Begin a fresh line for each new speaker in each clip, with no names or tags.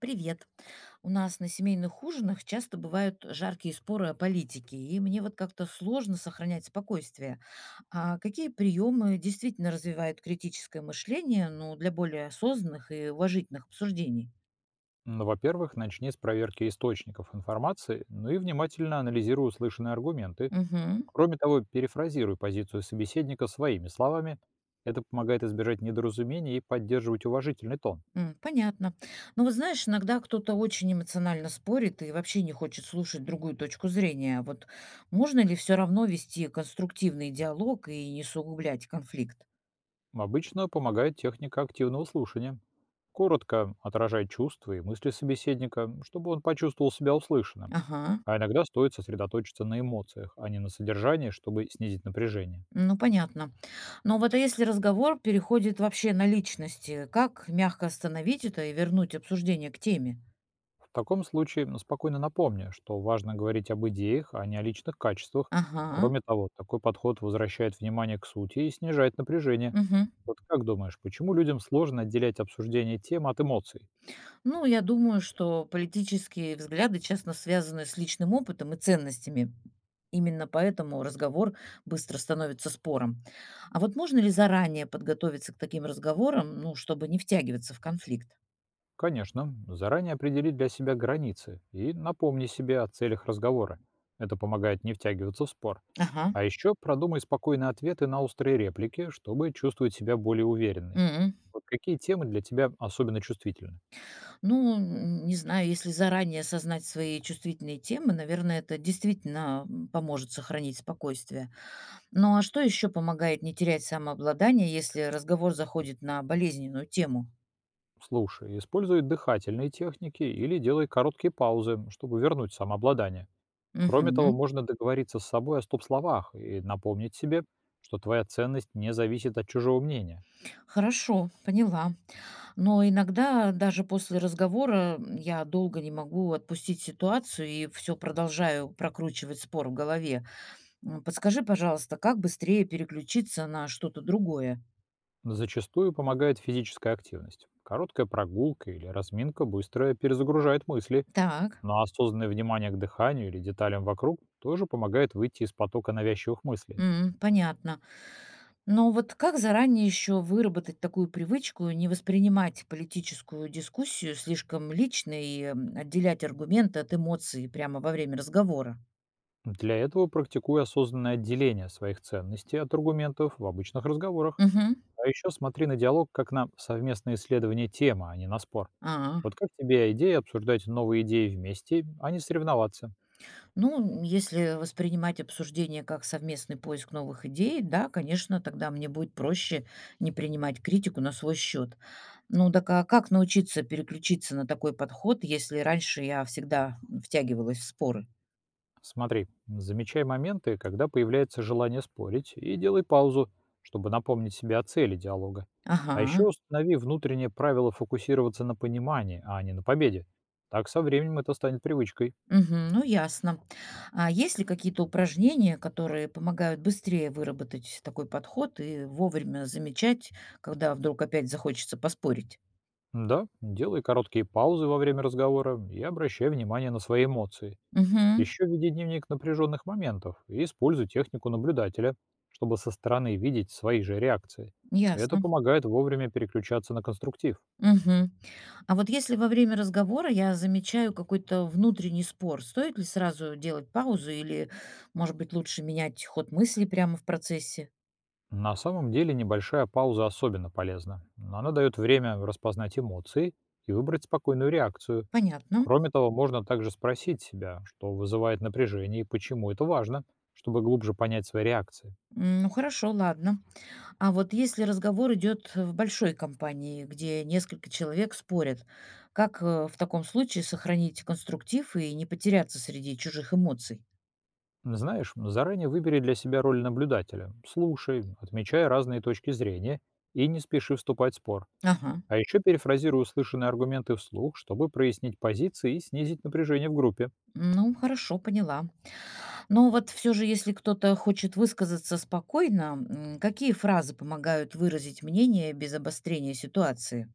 Привет. У нас на семейных ужинах часто бывают жаркие споры о политике, и мне вот как-то сложно сохранять спокойствие. А какие приемы действительно развивают критическое мышление, ну, для более осознанных и уважительных обсуждений?
Ну, во-первых, начни с проверки источников информации, ну и внимательно анализируй услышанные аргументы.
Мгм.
Кроме того, перефразируй позицию собеседника своими словами. Это помогает избежать недоразумений и поддерживать уважительный тон.
Понятно. Но вот знаешь, иногда кто-то очень эмоционально спорит и вообще не хочет слушать другую точку зрения. Вот можно ли все равно вести конструктивный диалог и не сугублять конфликт?
Обычно помогает техника активного слушания. Коротко отражай чувства и мысли собеседника, чтобы он почувствовал себя услышанным.
Ага.
А иногда стоит сосредоточиться на эмоциях, а не на содержании, чтобы снизить напряжение.
Ну, понятно. Но вот а если разговор переходит вообще на личности, как мягко остановить это и вернуть обсуждение к теме?
В таком случае спокойно напомню, что важно говорить об идеях, а не о личных качествах.
Ага.
Кроме того, такой подход возвращает внимание к сути и снижает напряжение.
Мгм.
Вот как думаешь, почему людям сложно отделять обсуждение тем от эмоций?
Ну, я думаю, что политические взгляды часто связаны с личным опытом и ценностями. Именно поэтому разговор быстро становится спором. А вот можно ли заранее подготовиться к таким разговорам, ну, чтобы не втягиваться в конфликт?
Конечно, заранее определи для себя границы и напомни себе о целях разговора. Это помогает не втягиваться в спор.
Ага.
А еще продумай спокойные ответы на острые реплики, чтобы чувствовать себя более уверенной.
Мгм.
Вот какие темы для тебя особенно чувствительны?
Ну, н не знаю, если заранее осознать свои чувствительные темы, наверное, это действительно, поможет сохранить спокойствие. Ну, а что еще помогает не терять самообладание, если разговор заходит на болезненную тему?
Слушай, используй дыхательные техники или делай короткие паузы, чтобы вернуть самообладание. Кроме того,
Мгм.
можно договориться с собой о стоп-словах и напомнить себе, что твоя ценность не зависит от чужого мнения.
Хорошо, поняла. Но иногда даже после разговора я долго не могу отпустить ситуацию и все продолжаю прокручивать спор в голове. Подскажи, пожалуйста, как быстрее переключиться на что-то другое?
Зачастую помогает физическая активность. Короткая прогулка или разминка быстро перезагружает мысли,
Так.
но осознанное внимание к дыханию или деталям вокруг тоже помогает выйти из потока навязчивых мыслей.
Понятно. Но вот как заранее еще выработать такую привычку, не воспринимать политическую дискуссию слишком лично и отделять аргументы от эмоций прямо во время разговора?
Для этого практикуй осознанное отделение своих ценностей от аргументов в обычных разговорах.
Мгм.
А еще смотри на диалог как на совместное исследование темы, а не на спор.
А,
Вот как тебе идея обсуждать новые идеи вместе, а не соревноваться?
ну, если воспринимать обсуждение как совместный поиск новых идей, да, конечно, тогда мне будет проще не принимать критику на свой счет. Ну, так а как научиться переключиться на такой подход, если раньше я всегда втягивалась в споры?
Смотри, замечай моменты, когда появляется желание спорить, и делай паузу, чтобы напомнить себе о цели диалога. А еще
Ага.
установи внутреннее правило фокусироваться на понимании, а не на победе. Так со временем это станет привычкой.
Мгм. Ну, ясно. А есть ли какие-то упражнения, которые помогают быстрее выработать такой подход и вовремя замечать, когда вдруг опять захочется поспорить?
Да, делай короткие паузы во время разговора и обращай внимание на свои эмоции.
Угу.
Еще веди дневник напряженных моментов и используй технику наблюдателя, чтобы со стороны видеть свои же реакции. Это
Ясно.
помогает вовремя переключаться на конструктив.
Мгм. А вот если во время разговора я замечаю какой-то внутренний спор, стоит ли сразу делать паузу или, может быть, лучше менять ход мысли прямо в процессе?
На самом деле небольшая пауза особенно полезна. Она дает время распознать эмоции и выбрать спокойную реакцию.
Понятно.
Кроме того, можно также спросить себя, что вызывает напряжение и почему это важно, чтобы глубже понять свои реакции.
Ну хорошо, ладно. А вот если разговор идет в большой компании, где несколько человек спорят, как в таком случае сохранить конструктив и не потеряться среди чужих эмоций?
Знаешь, заранее выбери для себя роль наблюдателя. Слушай, отмечай разные точки зрения и не спеши вступать в спор.
Ага.
А еще перефразируй услышанные аргументы вслух, чтобы прояснить позиции и снизить напряжение в группе.
Ну, хорошо, поняла. Но вот все же, если кто-то хочет высказаться спокойно, какие фразы помогают выразить мнение без обострения ситуации?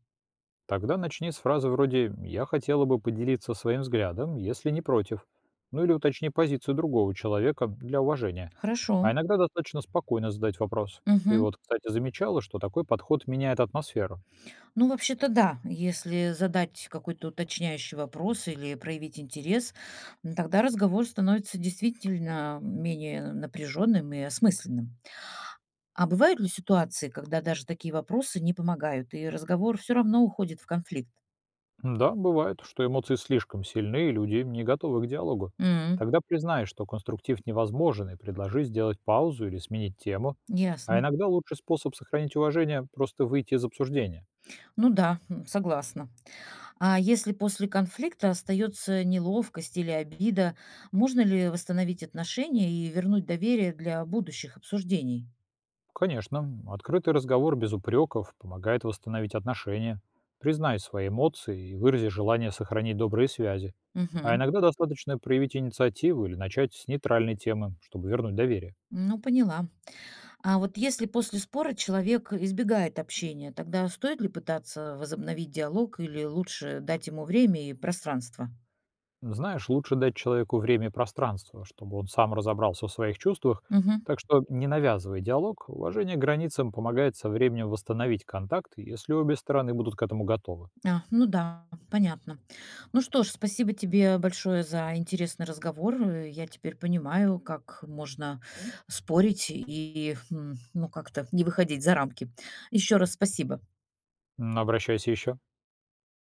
Тогда начни с фразы вроде «я хотела бы поделиться своим взглядом, если не против». Ну или уточни позицию другого человека для уважения.
Хорошо.
А иногда достаточно спокойно задать вопрос. Ты
Мгм.
вот, кстати, замечала, что такой подход меняет атмосферу.
Ну, вообще-то да, если задать какой-то уточняющий вопрос или проявить интерес, тогда разговор становится действительно менее напряженным и осмысленным. А бывают ли ситуации, когда даже такие вопросы не помогают, и разговор все равно уходит в конфликт?
Да, бывает, что эмоции слишком сильны, и люди не готовы к диалогу.
М,
Тогда признай, что конструктив невозможен, и предложи сделать паузу или сменить тему. А
Ясно.
иногда лучший способ сохранить уважение– просто выйти из обсуждения.
Ну да, согласна. А если после конфликта остается неловкость или обида, можно ли восстановить отношения и вернуть доверие для будущих обсуждений?
Конечно, открытый разговор без упреков помогает восстановить отношения. Признай свои эмоции и вырази желание сохранить добрые связи. А
Мгм.
иногда достаточно проявить инициативу или начать с нейтральной темы, чтобы вернуть доверие.
Ну, поняла. А вот если после спора человек избегает общения, тогда стоит ли пытаться возобновить диалог или лучше дать ему время и пространство?
Знаешь, лучше дать человеку время и пространство, чтобы он сам разобрался в своих чувствах,
Мгм.
так что не навязывай диалог, уважение к границам помогает со временем восстановить контакт, если обе стороны будут к этому готовы.
А, ну да, понятно. Ну что ж, спасибо тебе большое за интересный разговор. Я теперь понимаю, как можно спорить и ну как-то не выходить за рамки. Еще раз спасибо.
Обращайся еще.